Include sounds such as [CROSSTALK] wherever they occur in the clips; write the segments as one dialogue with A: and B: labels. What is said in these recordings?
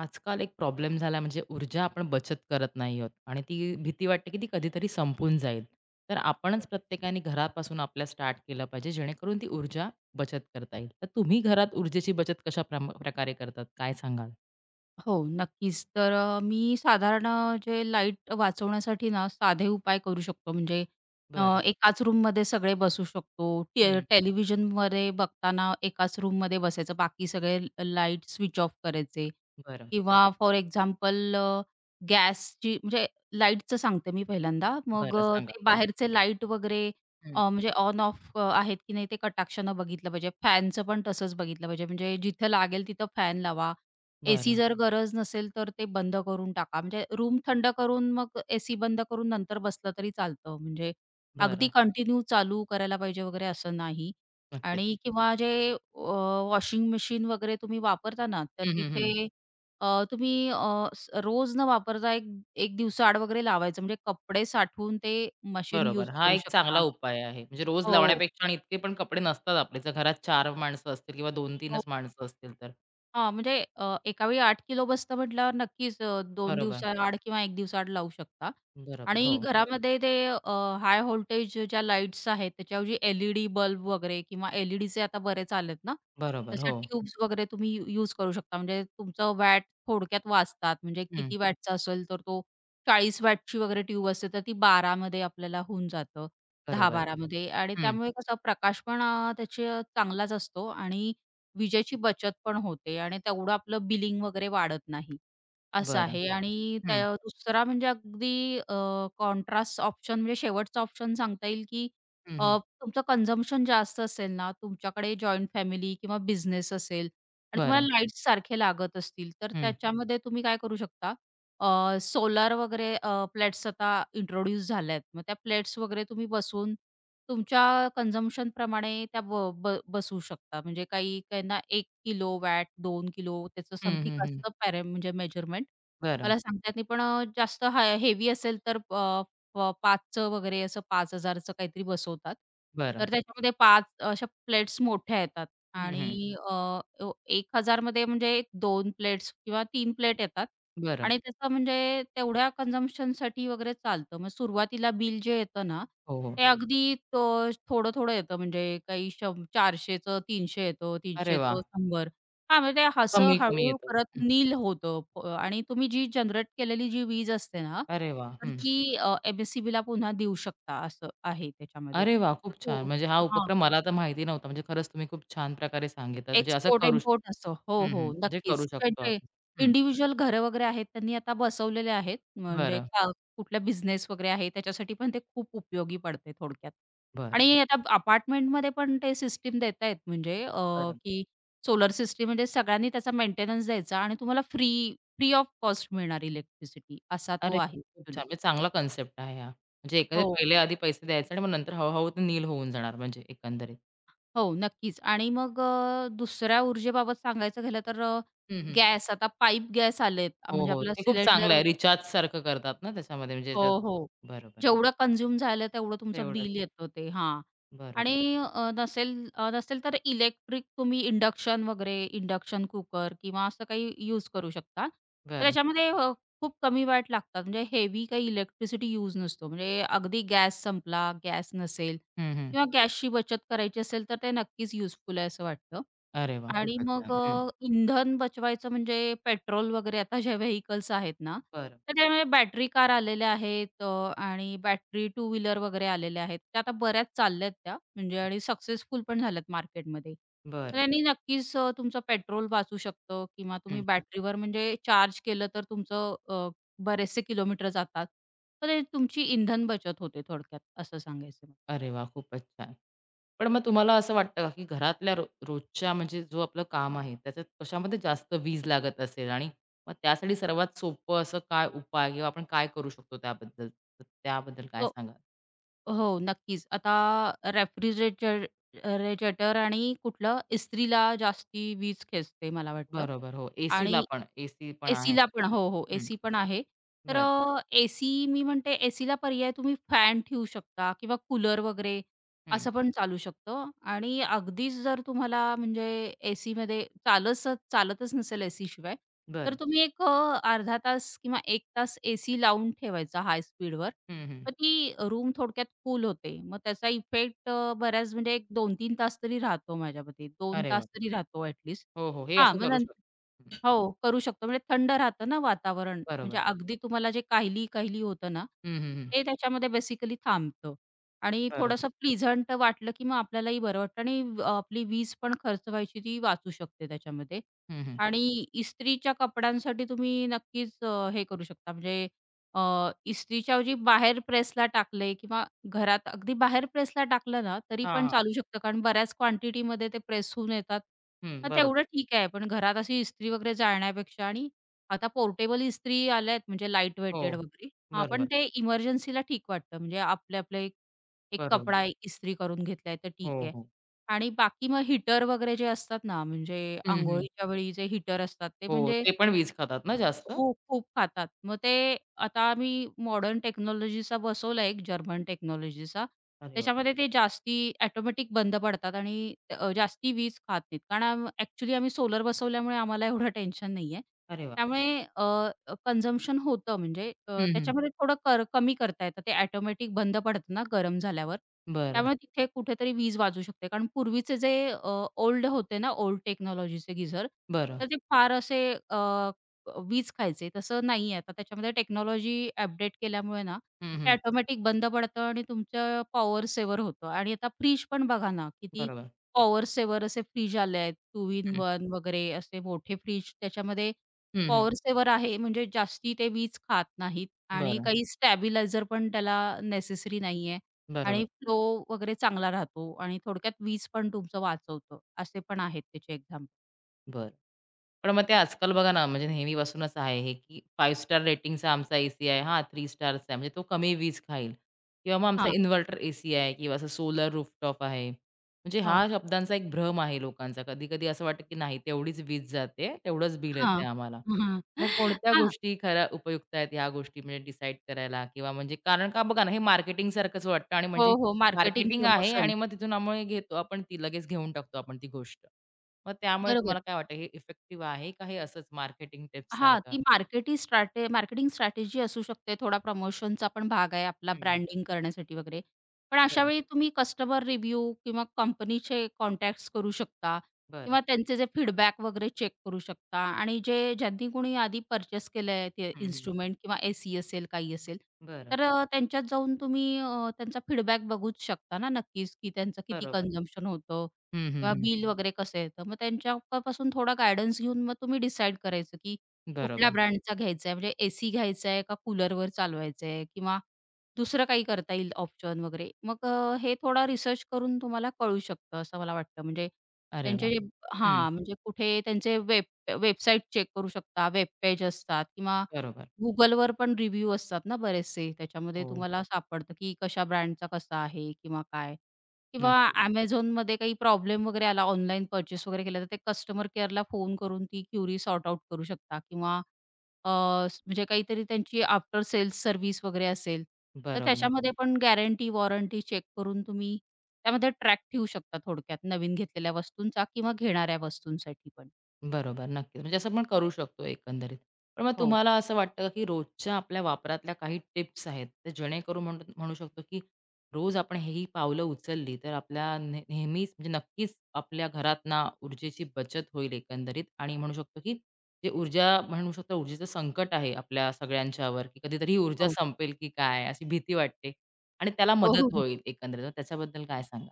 A: आजकाल एक प्रॉब्लेम झाला म्हणजे ऊर्जा आपण बचत करत नाही आहोत आणि ती भीती वाटते की ती कधीतरी संपून जाईल. तर आपणच प्रत्येकाने घरापासून आपल्या स्टार्ट केलं पाहिजे जेणेकरून ती ऊर्जा बचत करता येईल. तर तुम्ही घरात ऊर्जेची बचत कशा प्रकारे करतात? काय सांगाल?
B: हो, नक्कीच. तर मी साधारण जे लाईट वाचवण्यासाठी ना साधे उपाय करू शकतो. म्हणजे अ,
A: बरं.
B: एकाच रूममध्ये सगळे बसू शकतो.
A: हं.
B: टेलिव्हिजनमध्ये बघताना एकाच रूममध्ये बसायचं. बाकी सगळे लाईट स्विच ऑफ करायचे
A: बरं.
B: किंवा फॉर एक्झाम्पल गॅसची म्हणजे लाईटचं सांगते मी पहिल्यांदा. मग
A: बरं सांगा.
B: ते
A: हं.
B: बाहेरचे लाईट वगैरे
A: हं.
B: म्हणजे ऑन ऑफ आहेत की नाही ते कटाक्षानं बघितलं पाहिजे. फॅनचं पण तसंच बघितलं पाहिजे. म्हणजे जिथं लागेल तिथं फॅन लावा. एसी
A: बरं.
B: जर गरज नसेल, तर ते बंद करून टाका. म्हणजे रूम थंड करून मग एसी बंद करून नंतर बसलं तरी चालतं. म्हणजे अगदी
A: बरं.
B: कंटिन्यू चालू करायला पाहिजे वगैरे असं नाही.
A: नक्कीच.
B: आणि किंवा जे वॉशिंग मशीन वगैरे तुम्ही वापरता ना, तर
A: हं, हं, हं.
B: तिथे तुम्ही अ, स रोज न वापरता एक एक दिवसाआड वगैरे लावायचं. म्हणजे कपडे साठवून ते मशीन
A: बरोबर.
B: यूज
A: हा
B: करू
A: एक चांगला
B: शकता.
A: उपाय आहे. म्हणजे रोज
B: हो.
A: लावण्यापेक्षा आणि इतके पण कपडे नसतात आपले. जर घरात 4 माणसं असतील किंवा 2-3च माणसं असतील तर.
B: हां, म्हणजे एकावेळी 8 किलो बसतं म्हटल्यावर नक्कीच 2
A: बरोबर.
B: दिवसाआड किंवा 1 दिवसाआड लावू शकता.
A: बरोबर. हो.
B: आणि घरामध्ये ते हाय व्होल्टेज ज्या लाईट्स आहेत त्याच्याऐवजी LED बल्ब वगैरे किंवा एल ई आता बरेच आलेत ना,
A: बरोबर,
B: तशा
A: हो.
B: ट्यूब्स वगैरे तुम्ही यूज करू शकता. म्हणजे तुमचं वॅट थोडक्यात वाचतात. म्हणजे
A: हं,
B: किती वॅटचा असेल तर तो 40 वॅटची वगैरे ट्यूब असते तर ती 12 आपल्याला होऊन जातं.
A: बरोबर.
B: 10-12 आणि
A: हं,
B: त्यामुळे कसा प्रकाश पण त्याचे चांगलाच असतो आणि विजेची बचत पण होते आणि तेवढं आपलं बिलिंग वगैरे वाढत नाही, असं
A: बरं.
B: आहे. आणि
A: हं,
B: त्या दुसरा म्हणजे अगदी कॉन्ट्रास्ट ऑप्शन म्हणजे शेवटचा ऑप्शन सांगता येईल, की
A: हं, हं.
B: अ, तुमचं कन्झम्पशन जास्त असेल ना, तुमच्याकडे जॉइंट फॅमिली किंवा बिझनेस असेल आणि तुम्हाला
A: बरं.
B: लाईट्स सारखे लागत असतील, तर
A: हं,
B: त्याच्यामध्ये तुम्ही काय करू शकता सोलार वगैरे प्लेट्स आता इंट्रोड्यूस झाल्यात. मग त्या प्लेट्स वगैरे तुम्ही बसवून तुमच्या कन्झम्पशन प्रमाणे त्या ब ब बसवू शकता. म्हणजे काही काहींना एक किलो वॅट, दोन किलो त्याचं
A: हं, हं,
B: समथिंग
A: हं.
B: असतं पॅरे म्हणजे मेजरमेंट.
A: बरं,
B: मला सांगता येत नाही पण जास्त हाय हेवी असेल तर 5चं वगैरे असं 5,000चं काहीतरी बसवतात.
A: बरं.
B: तर त्याच्यामध्ये 5 अशा प्लेट्स मोठ्या येतात
A: हं, हं.
B: आणि अ, अ, 1,000मध्ये म्हणजे 2 प्लेट्स किंवा 3 प्लेट येतात.
A: बरं.
B: आणि त्याचं म्हणजे तेवढ्या कन्झम्पशनसाठी वगैरे चालतं. मग सुरुवातीला बिल जे येतं ना,
A: हो, हो.
B: ते हं. अगदी थोडं-थोडं येतं म्हणजे काही शं 400चं 300 येतं,
A: अरे
B: 300चं
A: वाह!
B: 100 हां, म्हणजे ते असं
A: कमी-कमी
B: हळूहळू
A: येतं.
B: करत
A: हं.
B: नील होतं आणि तुम्ही जी जनरेट केलेली जी वीज असते ना,
A: अरे वाह!
B: तर
A: हं.
B: ती पुन्हा देऊ शकता असं आहे त्याच्यामध्ये.
A: अरे वाह! खूप छान.
B: हो.
A: म्हणजे हा उपक्रम मला तर माहिती नव्हता. म्हणजे खरंच तुम्ही खूप छान प्रकारे सांगितलं. म्हणजे असं करू श
B: एक्सपोर्ट-इम्पोर्ट असतो. हो,
A: हं,
B: हो.
A: हं. म्हणजे
B: नक्कीच.
A: करू शकतो
B: ज्यांचे
A: आपण. हं.
B: इंडिव्हिज्युअल घरं वगैरे आहेत, त्यांनी आता बसवलेले आहेत. म्हणजे
A: बरं,
B: कुठला बिझनेस वगैरे आहे, त्याच्यासाठी पण ते खूप उपयोगी पडते थोडक्यात.
A: बरं,
B: आणि आता अपार्टमेंटमध्ये पण ते सिस्टम देत आहेत म्हणजे
A: बरं.
B: की सोलर सिस्टम म्हणजे सगळ्यांनी त्याचा मेंटेनन्स द्यायचा आणि तुम्हाला फ्री फ्री ऑफ कॉस्ट मिळणार इलेक्ट्रिसिटी असा तो
A: अरे
B: आहे
A: खूप
B: ॲक्चुअली.
A: छान. म्हणजे चांगला कन्सेप्ट आहे हा. म्हणजे एकंदरीत
B: हो.
A: पहिले आधी पैसे द्यायचे आणि मग नंतर हळू-हळू ते नील होऊन जाणार म्हणजे एकंदरीत.
B: हो, नक्कीच. आणि मग दुसऱ्या ऊर्जेबाबत सांगायचं झालं तर
A: हं, हं.
B: गॅस आता पाईप गॅस आलेत.
A: हो,
B: म्हणजे
A: हो.
B: आपला
A: ते खूप
B: सिलेंडर
A: चांगलं आहे. रिचार्जसारखं करतात ना त्याच्यामध्ये म्हणजे
B: हो, हो.
A: जस्ट बरोबर.
B: जेवढं कंझ्युम झालं तेवढं तुमचं
A: तेवढंच.
B: बिल येतं ते. हां.
A: बरोबर.
B: आणि नसेल तर इलेक्ट्रिक तुम्ही इंडक्शन वगैरे इंडक्शन कुकर किंवा असं काही यूज करू शकता. तर
A: बरं.
B: त्याच्यामध्ये खूप कमी वॅट लागतात. म्हणजे हेवी काही इलेक्ट्रिसिटी यूज नसतो. म्हणजे अगदी गॅस संपला, गॅस नसेल
A: हं, हं.
B: किंवा गॅसची बचत करायची असेल तर ते नक्कीच युजफुल आहे असं वाटतं.
A: अरे वाह!
B: आणि
A: खूपच
B: मग
A: छान. हं.
B: इंधन बचवायचं म्हणजे पेट्रोल वगैरे आता ज्या व्हेइकल्स आहेत ना,
A: बरं.
B: तर त्यामुळे बॅटरी कार आलेल्या आहेत आणि बॅटरी टू व्हीलर वगैरे आलेल्या आहेत. त्या आता बऱ्याच चालल्यात त्या म्हणजे
A: हम्म.
B: आणि सक्सेसफुल पण झाल्यात मार्केटमध्ये. तर
A: बरं.
B: त्यांनी नक्कीच तुमचं पेट्रोल वाचू शकतं किंवा तुम्ही
A: हं.
B: बॅटरीवर म्हणजे चार्ज केलं तर तुमचं बरेचसे किलोमीटर जातात. तर हे तुमची इंधन बचत होते थोडक्यात असं सांगायचं मला.
A: अरे वाह! खूपच छान. पण मग तुम्हाला असं वाटतं का, की घरातल्या रोजच्या म्हणजे जो आपलं काम आहे, त्याच्यात कशामध्ये जास्त वीज लागत असेल आणि मग त्यासाठी सर्वात सोपं असं काय उपाय किंवा आपण काय करू शकतो त्याबद्दल? तर त्याबद्दल काय सांगाल?
B: हो, नक्कीच. आता रेजरेटर आणि कुठलं इस्त्रीला जास्ती वीज खेचते मला वाटतं हो.
A: बरोबर. हो. एसीला
B: आणि
A: पण, एसी पण आहे.
B: एसीला पण हो, हो,
A: हं.
B: एसी पण आहे. तर
A: बरं.
B: एसी मी म्हणते एसीला पर्याय तुम्ही फॅन ठेवू शकता किंवा कूलर वगैरे
A: हं.
B: असं पण चालू शकतं आणि अगदीच जर तुम्हाला म्हणजे एसीमध्ये चालच चालतच नसेल एसीशिवाय, तर
A: बरं.
B: तुम्ही एक अर्धा तास किंवा 1 तास एसी लावून ठेवायचा हाय स्पीडवर
A: हं, हं.
B: मग ती रूम थोडक्यात कूल होते. मग त्याचा इफेक्ट बऱ्याच म्हणजे एक 2 तीन तास तरी राहतो माझ्या मते. 2
A: अरे वाह!
B: तास तरी राहतो ॲट लीस्ट.
A: हो, हो. हे
B: हां,
A: असं
B: मग
A: करू
B: नंतर
A: शकतो. हं,
B: हो, करू शकतो. म्हणजे थंड राहतं ना वातावरण. म्हणजे
A: बरोबर.
B: अगदी तुम्हाला जे काहिली-काहिली होतं ना,
A: हं, हं, हं.
B: ते त्याच्यामध्ये बेसिकली थांबतं आणि थोडंसं
A: बरोबर.
B: प्लीझंट वाटलं, की मग आपल्यालाही बरं वाटतं आणि आपली वीज पण खर्च व्हायची ती वाचू शकते त्याच्यामध्ये.
A: हं, हं.
B: आणि इस्त्रीच्या कपड्यांसाठी तुम्ही नक्कीच हे करू शकता म्हणजे अ, इस्त्रीच्या ऐवजी बाहेर प्रेसला टाकले किंवा घरात अगदी बाहेर प्रेसला टाकलं ना, तरी
A: हां,
B: पण
A: हां.
B: चालू शकतं कारण बऱ्याच क्वांटिटीमध्ये ते प्रेस होऊन येतात.
A: हं,
B: मग
A: बरोबर.
B: तेवढं ठीक आहे, पण घरात अशी इस्त्री वगैरे जाळण्यापेक्षा आणि आता पोर्टेबल इस्त्री आल्या आहेत म्हणजे लाईट
A: हो,
B: वेटेड वगैरे. हां, पण
A: बरोबर,
B: ते इमर्जन्सीला ठीक वाटतं म्हणजे आपले-आपले एक एक
A: बरोबर.
B: कपडा इस्त्री करून घेतलाय तर ठीक
A: हो,
B: आहे.
A: हो.
B: आणि बाकी मग हीटर वगैरे जे असतात ना, म्हणजे
A: हं, हं.
B: अंघोळीच्या वेळी जे हीटर असतात ते
A: हो,
B: म्हणजे
A: ते पण वीज खातात ना जास्त?
B: हो, खूप खातात. मग ते आता आम्ही मॉडर्न टेक्नॉलॉजीचा बसवला एक जर्मन टेक्नॉलॉजीचा.
A: अरे वाह!
B: त्याच्यामध्ये ते जास्ती ऑटोमॅटिक बंद पडतात आणि जास्ती वीज खात नाहीत. कारण ॲक्चुअली आम्ही सोलर बसवल्यामुळे आम्हाला एवढं टेन्शन नाहीये.
A: अरे वाह!
B: त्यामुळे कन्झम्पशन होतं म्हणजे
A: हं, हं.
B: त्याच्यामध्ये थोडं कमी करता येतं. ते ऑटोमॅटिक बंद पडतं ना गरम झाल्यावर.
A: बरं,
B: त्यामुळे तिथे कुठेतरी वीज वाचू शकते. कारण पूर्वीचे जे ओल्ड होते ना, ओल्ड टेक्नॉलॉजीचे गीझर,
A: बरं.
B: तर ते फार असे वीज खायचे तसं नाही आहे. आता त्याच्यामध्ये टेक्नॉलॉजी अपडेट केल्यामुळे ना,
A: हं,
B: ते
A: हं.
B: ऑटोमॅटिक बंद पडतं आणि तुमचं पॉवर सेव्हर होतं आणि आता फ्रिज पण बघा ना, किती
A: बरोबर.
B: पॉवर सेवर असे फ्रीज आले आहेत. 2 इन
A: हं,
B: 1 वगैरे असे मोठे फ्रिज त्याच्यामध्ये
A: हं, हं.
B: पॉवर सेव्हर आहे म्हणजे जास्ती ते वीज खात नाहीत आणि
A: बरं,
B: काही स्टॅबिलायझर पण त्याला नेसेसरी नाही आहे
A: बरोबर,
B: आणि फ्लो वगैरे चांगला राहतो आणि थोडक्यात वीज पण तुमचं वाचवतं. असे पण आहेत त्याचे एक्झाम्पल.
A: बरं. पण मग ते आजकाल बघा ना, म्हणजे नेहमीपासूनच आहे हे, की 5 स्टार रेटिंगचा आमचा एसी आहे. हां, 3 स्टारचा आहे. म्हणजे तो कमी वीज खाईल किंवा मग आमचा
B: हां,
A: इन्व्हर्टर एसी आहे किंवा असं सोलर रूफटॉप आहे. म्हणजे
B: हो.
A: हा शब्दांचा एक भ्रम आहे लोकांचा. कधी-कधी असं वाटतं, की नाही तेवढीच वीज जाते, तेवढंच बिल
B: हां.
A: येतंय आम्हाला.
B: [LAUGHS] हं, हां.
A: मग कोणत्या
B: हां.
A: गोष्टी खऱ्या उपयुक्त आहेत ह्या गोष्टी म्हणजे डिसाईड करायला किंवा म्हणजे कारण का बघा ना, हे मार्केटिंगसारखंच वाटतं आणि
B: हो,
A: म्हणजे
B: हो. मार्केटिंग
A: मार्केटिंग आहे
B: प्रमोशन.
A: आणि मग तिथून आम्ही घेतो आपण ती लगेच घेऊन टाकतो आपण ती गोष्ट. मग त्यामुळे
B: बरोबर.
A: तुम्हाला काय वाटतं हे इफेक्टिव्ह आहे का हे असंच मार्केटिंग टिप्स
B: हां,
A: सारखं?
B: ती मार्केटी स्ट्रॅटे मार्केटिंग स्ट्रॅटेजी असू शकते. थोडा प्रमोशनचा पण भाग आहे आपला
A: हं.
B: ब्रँडिंग करण्यासाठी वगैरे. पण अशा
A: बरं,
B: वेळी तुम्ही कस्टमर रिव्ह्यू किंवा कंपनीचे कॉन्टॅक्ट्स करू शकता
A: बरं.
B: किंवा त्यांचे जे फीडबॅक वगैरे चेक करू शकता आणि जे ज्यांनी कोणी आधी पर्चेस केलं आहे ते
A: हं, हं.
B: इन्स्ट्रुमेंट किंवा एसी असेल, काही असेल,
A: बरं.
B: तर त्यांच्यात जाऊन तुम्ही त्यांचा फीडबॅक बघूच शकता ना नक्कीच, की त्यांचं किती
A: बरोबर.
B: कन्झम्पशन होतं
A: हं, हं,
B: किंवा
A: हं.
B: बिल वगैरे कसं येतं. मग त्यांच्यापासून थोडा गाईडन्स घेऊन मग तुम्ही डिसाईड करायचं, की कुठल्या
A: बरोबर.
B: ब्रँडचा घ्यायचा आहे? म्हणजे एसी घ्यायचा आहे का कूलरवर चालवायचं आहे किंवा दुसरं काही करता येईल ऑप्शन वगैरे. मग हे थोडा रिसर्च करून तुम्हाला कळू शकतं असं मला वाटतं. म्हणजे
A: अरे वाह!
B: त्यांचे जे
A: हं.
B: हां, म्हणजे कुठे त्यांचे वेबसाईट चेक करू शकता, वेब पेज असतात किंवा
A: बरोबर.
B: Googleवर पण रिव्ह्यू असतात ना बरेचसे. त्याच्यामध्ये
A: हो.
B: तुम्हाला सापडतं की कशा ब्रँडचा कसा आहे किंवा काय. किंवा
A: नक्कीच.
B: Amazonमध्ये काही प्रॉब्लेम वगैरे आला, ऑनलाईन पर्चेस वगैरे केलं, तर ते कस्टमर केअरला फोन करून ती क्युरी सॉर्ट आउट करू शकता किंवा अ, स म्हणजे काहीतरी त्यांची आफ्टर सेल्स सर्व्हिस वगैरे असेल, तर
A: बरोबर.
B: त्याच्यामध्ये पण गॅरंटी, वॉरंटी चेक करून तुम्ही त्यामध्ये ट्रॅक ठेवू शकता थोडक्यात नवीन घेतलेल्या वस्तूंचा किंवा घेणाऱ्या वस्तूंसाठी पण.
A: बरोबर, नक्कीच. म्हणजे असं पण करू शकतो एकंदरीत. पण मग
B: हो,
A: तुम्हाला असं वाटतं का, की रोजच्या आपल्या वापरातल्या काही टिप्स आहेत, तर जेणेकरून म्हणू म्हणू शकतो, की रोज आपण हे ही पावलं उचलली, तर आपल्या नेहमीच म्हणजे नक्कीच आपल्या घरात ना ऊर्जेची बचत होईल एकंदरीत आणि म्हणू शकतो, की जे ऊर्जा म्हणू शकतो ऊर्जेचं संकट आहे आपल्या सगळ्यांच्यावर, की कधीतरी ही ऊर्जा
B: हो.
A: संपेल की काय, अशी भीती वाटते आणि त्याला
B: हो,
A: मदत
B: हो.
A: होईल एकंदरीत. तर त्याच्याबद्दल काय सांगाल?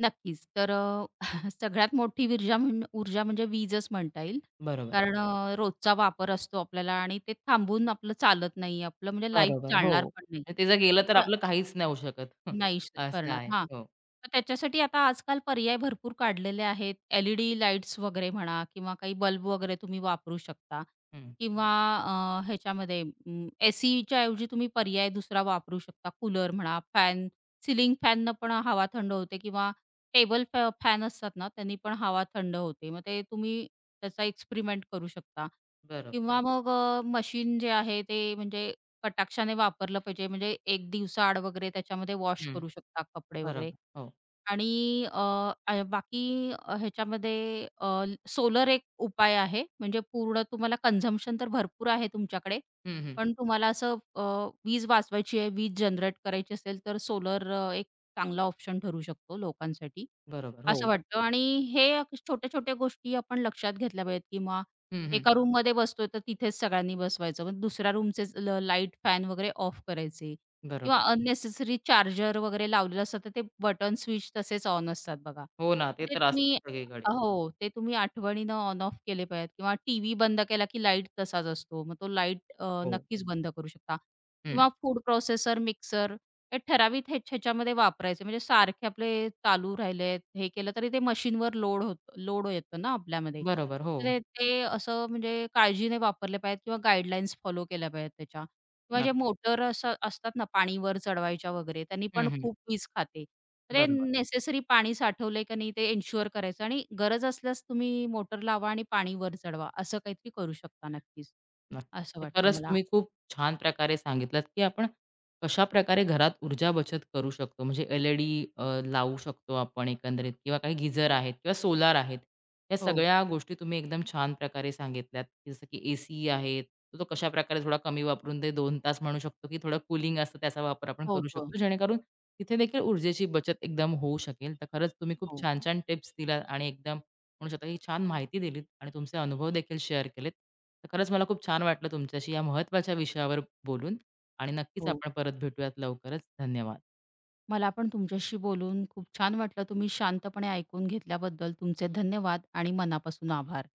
B: नक्कीच. तर [LAUGHS] सगळ्यात मोठी विर्जा म्हण ऊर्जा म्हणजे वीजच म्हणता येईल.
A: बरोबर.
B: कारण रोजचा वापर असतो आपल्याला आणि ते थांबून आपलं चालत नाही. आपलं म्हणजे लाईफ
A: बरोबर,
B: चालणार
A: हो.
B: पण नाही.
A: म्हणजे ते जर गेलं तर आपलं काहीच नाही होऊ शकत. [LAUGHS]
B: नाही
A: असं
B: करणार.
A: आहे.
B: हां.
A: हो.
B: मग त्याच्यासाठी आता आजकाल पर्याय भरपूर काढलेले आहेत. LED लाईट्स वगैरे म्हणा किंवा काही बल्ब वगैरे तुम्ही वापरू शकता
A: हं.
B: किंवा ह्याच्यामध्ये एसीच्या ऐवजी तुम्ही पर्याय दुसरा वापरू शकता. कूलर म्हणा, फॅन, सिलिंग फॅननं पण हवा थंड होते किंवा टेबल फॅन असतात ना, त्यांनी पण हवा थंड होते. मग ते तुम्ही त्याचा एक्सपेरिमेंट करू शकता
A: बरोबर.
B: किंवा मग मशीन जे आहे ते म्हणजे कटाक्षाने वापरलं पाहिजे म्हणजे एक दिवसाआड वगैरे त्याच्यामध्ये वॉश
A: हं.
B: करू शकता कपडे वगैरे.
A: बरोबर. हो.
B: आणि अ, अ, बाकी ह्याच्यामध्ये सोलर एक उपाय आहे. म्हणजे पूर्ण तुम्हाला कन्झम्पशन तर भरपूर आहे तुमच्याकडे.
A: हं, हं.
B: पण तुम्हाला असं वीज वाचवायची आहे, वीज जनरेट करायची असेल, तर सोलर एक चांगला ऑप्शन ठरू शकतो लोकांसाठी,
A: बरोबर.
B: असं
A: हो.
B: वाटतं. आणि हे छोट्या-छोट्या गोष्टी आपण लक्षात घेतल्या पाहिजेत किंवा
A: हं, हं.
B: एका रूममध्ये बसतोय, तर तिथेच सगळ्यांनी बसवायचं. मग दुसऱ्या रूमचे लाईट, फॅन वगैरे ऑफ करायचे. किंवा
A: बरोबर.
B: अननेसेसरी चार्जर वगैरे लावलेलं असतं, तर ते बटन स्विच तसेच ऑन असतात बघा.
A: हो ना, ते
B: ते
A: तर असतं
B: तुम्ही
A: सगळीकडे.
B: हो, ते तुम्ही आठवणीनं ऑन ऑफ केले पाहिजेत किंवा टीव्ही बंद केला की लाईट तसाच असतो. मग तो लाईट
A: हो.
B: नक्कीच बंद करू शकता
A: हं.
B: किंवा फूड प्रोसेसर, मिक्सर हे ठराविक ह्याच्यामध्ये वापरायचे. म्हणजे सारखे आपले चालू राहिलेत, हे केलं तरी ते मशीनवर लोड येतं ना आपल्यामध्ये.
A: बरोबर. हो.
B: तर ते ते असं म्हणजे काळजीने वापरले पाहिजेत किंवा गाईडलाईन्स फॉलो केल्या पाहिजेत त्याच्या. किंवा जे
A: नक्की.
B: मोटर असं असतात ना पाणी वर चढवायच्या वगैरे, त्यांनी
A: हं,
B: पण
A: हं.
B: खूप वीज खाते. तर ते
A: बरोबर.
B: नेसेसरी पाणी साठवलंय का नाही ते एन्शुअर करायचं आणि गरज असल्यास तुम्ही मोटर लावा आणि पाणी वर चढवा. असं काहीतरी करू शकता नक्कीच,
A: नक्की.
B: असं
A: म्हणजे
B: वाटतं
A: खरंच
B: मला.
A: तुम्ही खूप छान प्रकारे सांगितलात, की आपण कशाप्रकारे घरात ऊर्जा बचत करू शकतो. म्हणजे LED लावू शकतो आपण एकंदरीत किंवा काही गीझर आहेत किंवा सोलार आहेत. या
B: हो.
A: सगळ्या गोष्टी तुम्ही एकदम छान प्रकारे सांगितल्यात, की जसं की एसी आहे, तो कशाप्रकारे थोडा कमी वापरून ते 2 तास म्हणू शकतो, की थोडं कूलिंग असतं त्याचा वापर आपण
B: हो,
A: करू
B: हो.
A: शकतो. जेणेकरून तिथे देखील ऊर्जेची बचत एकदम होऊ शकेल. तर खरंच तुम्ही खूप
B: हो,
A: छान-छान टिप्स दिल्यात आणि एकदम म्हणू शकता की छान माहिती दिलीत आणि तुमचे अनुभव देखील शेअर केलेत. तर खरंच मला खूप छान वाटलं तुमच्याशी या महत्त्वाच्या विषयावर बोलून आणि नक्कीच
B: हो.
A: आपण परत भेटूयात लवकरच. धन्यवाद.
B: मला पण तुमच्याशी बोलून खूप छान वाटलं. तुम्ही शांतपणे ऐकून घेतल्याबद्दल तुमचे धन्यवाद आणि मनापासून आभार.